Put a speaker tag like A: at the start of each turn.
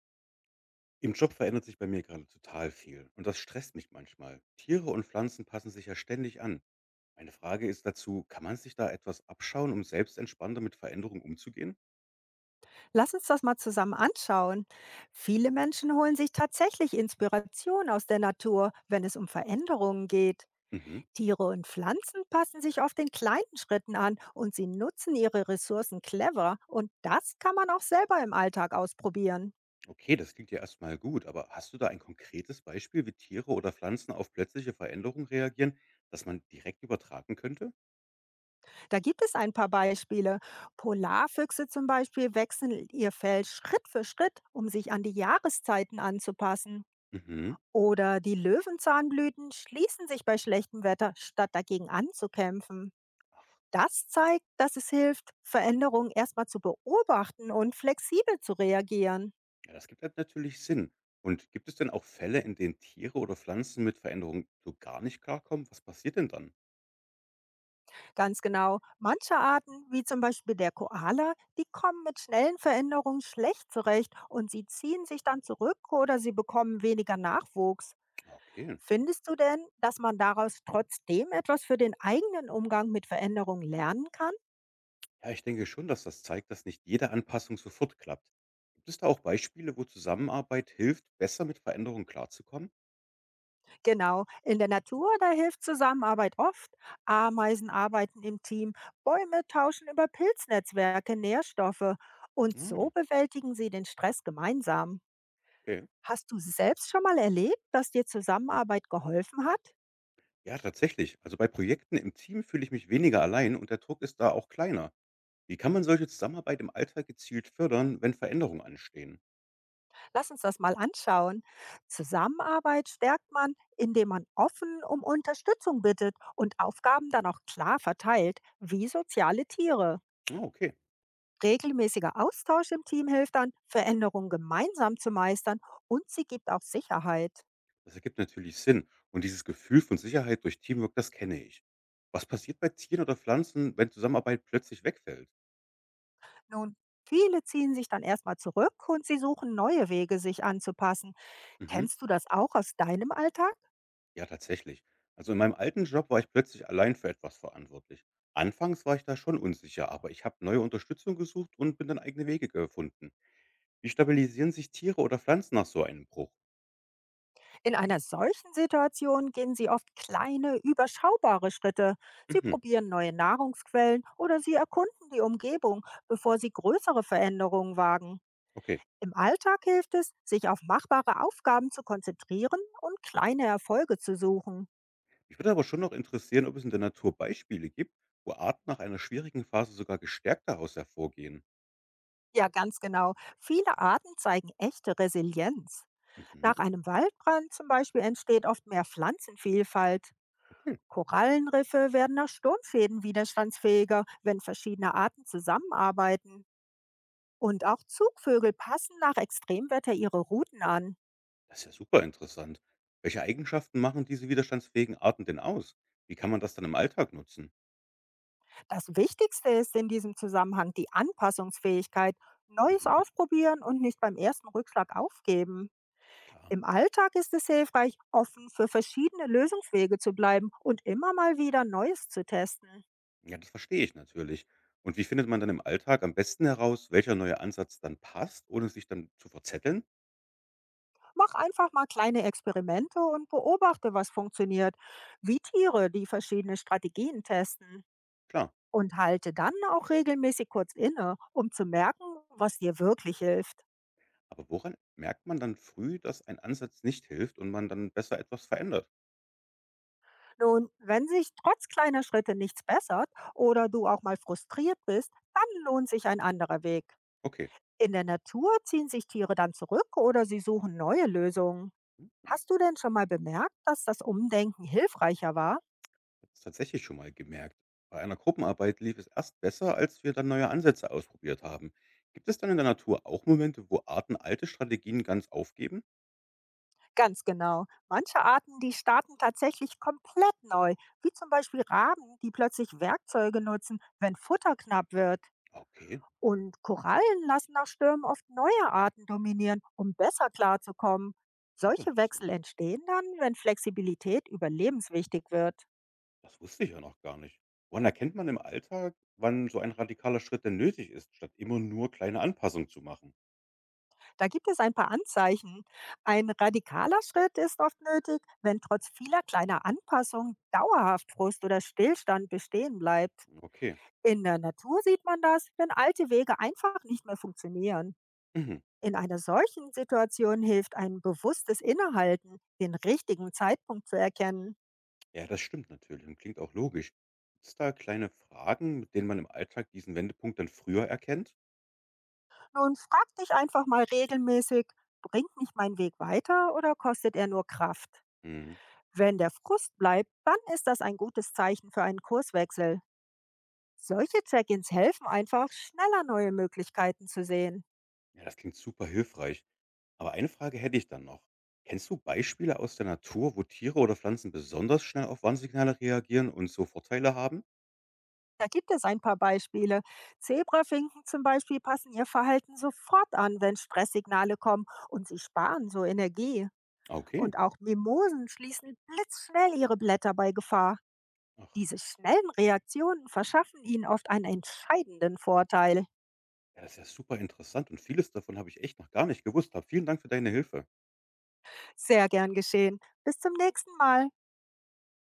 A: Im Job verändert sich bei mir gerade total viel und das stresst mich manchmal. Tiere und Pflanzen passen sich ja ständig an. Meine Frage ist dazu, kann man sich da etwas abschauen, um selbst entspannter mit Veränderungen umzugehen?
B: Lass uns das mal zusammen anschauen. Viele Menschen holen sich tatsächlich Inspiration aus der Natur, wenn es um Veränderungen geht.
A: Mhm.
B: Tiere und Pflanzen passen sich oft in kleinen Schritten an und sie nutzen ihre Ressourcen clever. Und das kann man auch selber im Alltag ausprobieren.
A: Okay, das klingt ja erstmal gut, aber hast du da ein konkretes Beispiel, wie Tiere oder Pflanzen auf plötzliche Veränderungen reagieren, das man direkt übertragen könnte?
B: Da gibt es ein paar Beispiele. Polarfüchse zum Beispiel wechseln ihr Fell Schritt für Schritt, um sich an die Jahreszeiten anzupassen.
A: Mhm.
B: Oder die Löwenzahnblüten schließen sich bei schlechtem Wetter, statt dagegen anzukämpfen.
A: Ach,
B: Das zeigt, dass es hilft, Veränderungen erstmal zu beobachten und flexibel zu reagieren.
A: ja, das gibt halt natürlich Sinn. Und gibt es denn auch Fälle, in denen Tiere oder Pflanzen mit Veränderungen so gar nicht klarkommen? Was passiert denn dann?
B: Ganz genau, manche Arten, wie zum Beispiel der Koala, die kommen mit schnellen Veränderungen schlecht zurecht und sie ziehen sich dann zurück oder sie bekommen weniger Nachwuchs.
A: Ah, okay.
B: Findest du denn, dass man daraus trotzdem etwas für den eigenen Umgang mit Veränderungen lernen kann?
A: Ja, ich denke schon, dass das zeigt, dass nicht jede Anpassung sofort klappt. Gibt es da auch Beispiele, wo Zusammenarbeit hilft, besser mit Veränderungen klarzukommen?
B: Genau. In der Natur, da hilft Zusammenarbeit oft. Ameisen arbeiten im Team, Bäume tauschen über Pilznetzwerke Nährstoffe und so
A: Ah,
B: bewältigen sie den Stress gemeinsam.
A: okay.
B: Hast du selbst schon mal erlebt, dass dir Zusammenarbeit geholfen hat?
A: Ja, tatsächlich. Also bei Projekten im Team fühle ich mich weniger allein und der Druck ist da auch kleiner. Wie kann man solche Zusammenarbeit im Alltag gezielt fördern, wenn Veränderungen anstehen?
B: Lass uns das mal anschauen. Zusammenarbeit stärkt man, indem man offen um Unterstützung bittet und Aufgaben dann auch klar verteilt, wie soziale Tiere.
A: Ah, okay.
B: Regelmäßiger Austausch im Team hilft dann, Veränderungen gemeinsam zu meistern und sie gibt auch Sicherheit.
A: Das ergibt natürlich Sinn. Und dieses Gefühl von Sicherheit durch Teamwork, das kenne ich. Was passiert bei Tieren oder Pflanzen, wenn Zusammenarbeit plötzlich wegfällt?
B: Nun, viele ziehen sich dann erstmal zurück und sie suchen neue Wege, sich anzupassen.
A: Mhm.
B: Kennst du das auch aus deinem Alltag?
A: Ja, tatsächlich. Also in meinem alten Job war ich plötzlich allein für etwas verantwortlich. Anfangs war ich da schon unsicher, aber ich habe neue Unterstützung gesucht und bin dann eigene Wege gefunden. Wie stabilisieren sich Tiere oder Pflanzen nach so einem Bruch?
B: In einer solchen Situation gehen sie oft kleine, überschaubare Schritte. Sie
A: Mhm,
B: probieren neue Nahrungsquellen oder sie erkunden die Umgebung, bevor sie größere Veränderungen wagen.
A: okay.
B: Im Alltag hilft es, sich auf machbare Aufgaben zu konzentrieren und kleine Erfolge zu suchen.
A: Mich würde aber schon noch interessieren, ob es in der Natur Beispiele gibt, wo Arten nach einer schwierigen Phase sogar gestärkt daraus hervorgehen.
B: Ja, ganz genau. Viele Arten zeigen echte Resilienz.
A: Mhm,
B: Nach einem Waldbrand zum Beispiel entsteht oft mehr Pflanzenvielfalt.
A: okay.
B: Korallenriffe werden nach Sturmfäden widerstandsfähiger, wenn verschiedene Arten zusammenarbeiten. Und auch Zugvögel passen nach Extremwetter ihre Routen an.
A: Das ist ja super interessant. Welche Eigenschaften machen diese widerstandsfähigen Arten denn aus? Wie kann man das dann im Alltag nutzen?
B: Das Wichtigste ist in diesem Zusammenhang die Anpassungsfähigkeit, Neues
A: Mhm,
B: ausprobieren und nicht beim ersten Rückschlag aufgeben.
A: klar.
B: Im Alltag ist es hilfreich, offen für verschiedene Lösungswege zu bleiben und immer mal wieder Neues zu testen.
A: Ja, das verstehe ich natürlich. Und wie findet man dann im Alltag am besten heraus, welcher neue Ansatz dann passt, ohne sich dann zu verzetteln?
B: Mach einfach mal kleine Experimente und beobachte, was funktioniert, wie Tiere, die verschiedene Strategien testen.
A: Klar.
B: Und halte dann auch regelmäßig kurz inne, um zu merken, was dir wirklich hilft.
A: Aber woran merkt man dann früh, dass ein Ansatz nicht hilft und man dann besser etwas verändert?
B: Nun, wenn sich trotz kleiner Schritte nichts bessert oder du auch mal frustriert bist, dann lohnt sich ein anderer Weg.
A: Okay,
B: In der Natur ziehen sich Tiere dann zurück oder sie suchen neue Lösungen.
A: hm,
B: Hast du denn schon mal bemerkt, dass das Umdenken hilfreicher war?
A: ich habe es tatsächlich schon mal gemerkt. Bei einer Gruppenarbeit lief es erst besser, als wir dann neue Ansätze ausprobiert haben. Gibt es dann in der Natur auch Momente, wo Arten alte Strategien ganz aufgeben?
B: Ganz genau. Manche Arten, die starten tatsächlich komplett neu, wie zum Beispiel Raben, die plötzlich Werkzeuge nutzen, wenn Futter knapp wird.
A: Okay,
B: Und Korallen lassen nach Stürmen oft neue Arten dominieren, um besser klarzukommen.
A: super
B: Solche
A: interessant.
B: Wechsel entstehen dann, wenn Flexibilität überlebenswichtig wird.
A: Das wusste ich ja noch gar nicht. Woran erkennt man im Alltag, wann so ein radikaler Schritt denn nötig ist, statt immer nur kleine Anpassungen zu machen?
B: Da gibt es ein paar Anzeichen. Ein radikaler Schritt ist oft nötig, wenn trotz vieler kleiner Anpassungen dauerhaft Frust oder Stillstand bestehen bleibt.
A: Hm, okay.
B: In der Natur sieht man das, wenn alte Wege einfach nicht mehr funktionieren.
A: Mhm.
B: In einer solchen Situation hilft ein bewusstes Innehalten, den richtigen Zeitpunkt zu erkennen.
A: Ja, das stimmt natürlich und klingt auch logisch. Gibt es da kleine Fragen, mit denen man im Alltag diesen Wendepunkt dann früher erkennt?
B: Nun frag dich einfach mal regelmäßig, bringt mich mein Weg weiter oder kostet er nur Kraft?
A: Mhm.
B: Wenn der Frust bleibt, dann ist das ein gutes Zeichen für einen Kurswechsel. Solche Check-ins helfen einfach, schneller neue Möglichkeiten zu sehen.
A: Ja, das klingt super hilfreich. Aber eine Frage hätte ich dann noch. Kennst du Beispiele aus der Natur, wo Tiere oder Pflanzen besonders schnell auf Warnsignale reagieren und so Vorteile haben?
B: Da gibt es ein paar Beispiele. Zebrafinken zum Beispiel passen ihr Verhalten sofort an, wenn Stresssignale kommen und sie sparen so Energie.
A: Ah, okay.
B: Und auch Mimosen schließen blitzschnell ihre Blätter bei Gefahr.
A: Ach,
B: Diese schnellen Reaktionen verschaffen ihnen oft einen entscheidenden Vorteil.
A: ja, das ist ja super interessant und vieles davon habe ich echt noch gar nicht gewusst. Hab vielen Dank für deine Hilfe.
B: Sehr gern geschehen. Bis zum nächsten Mal.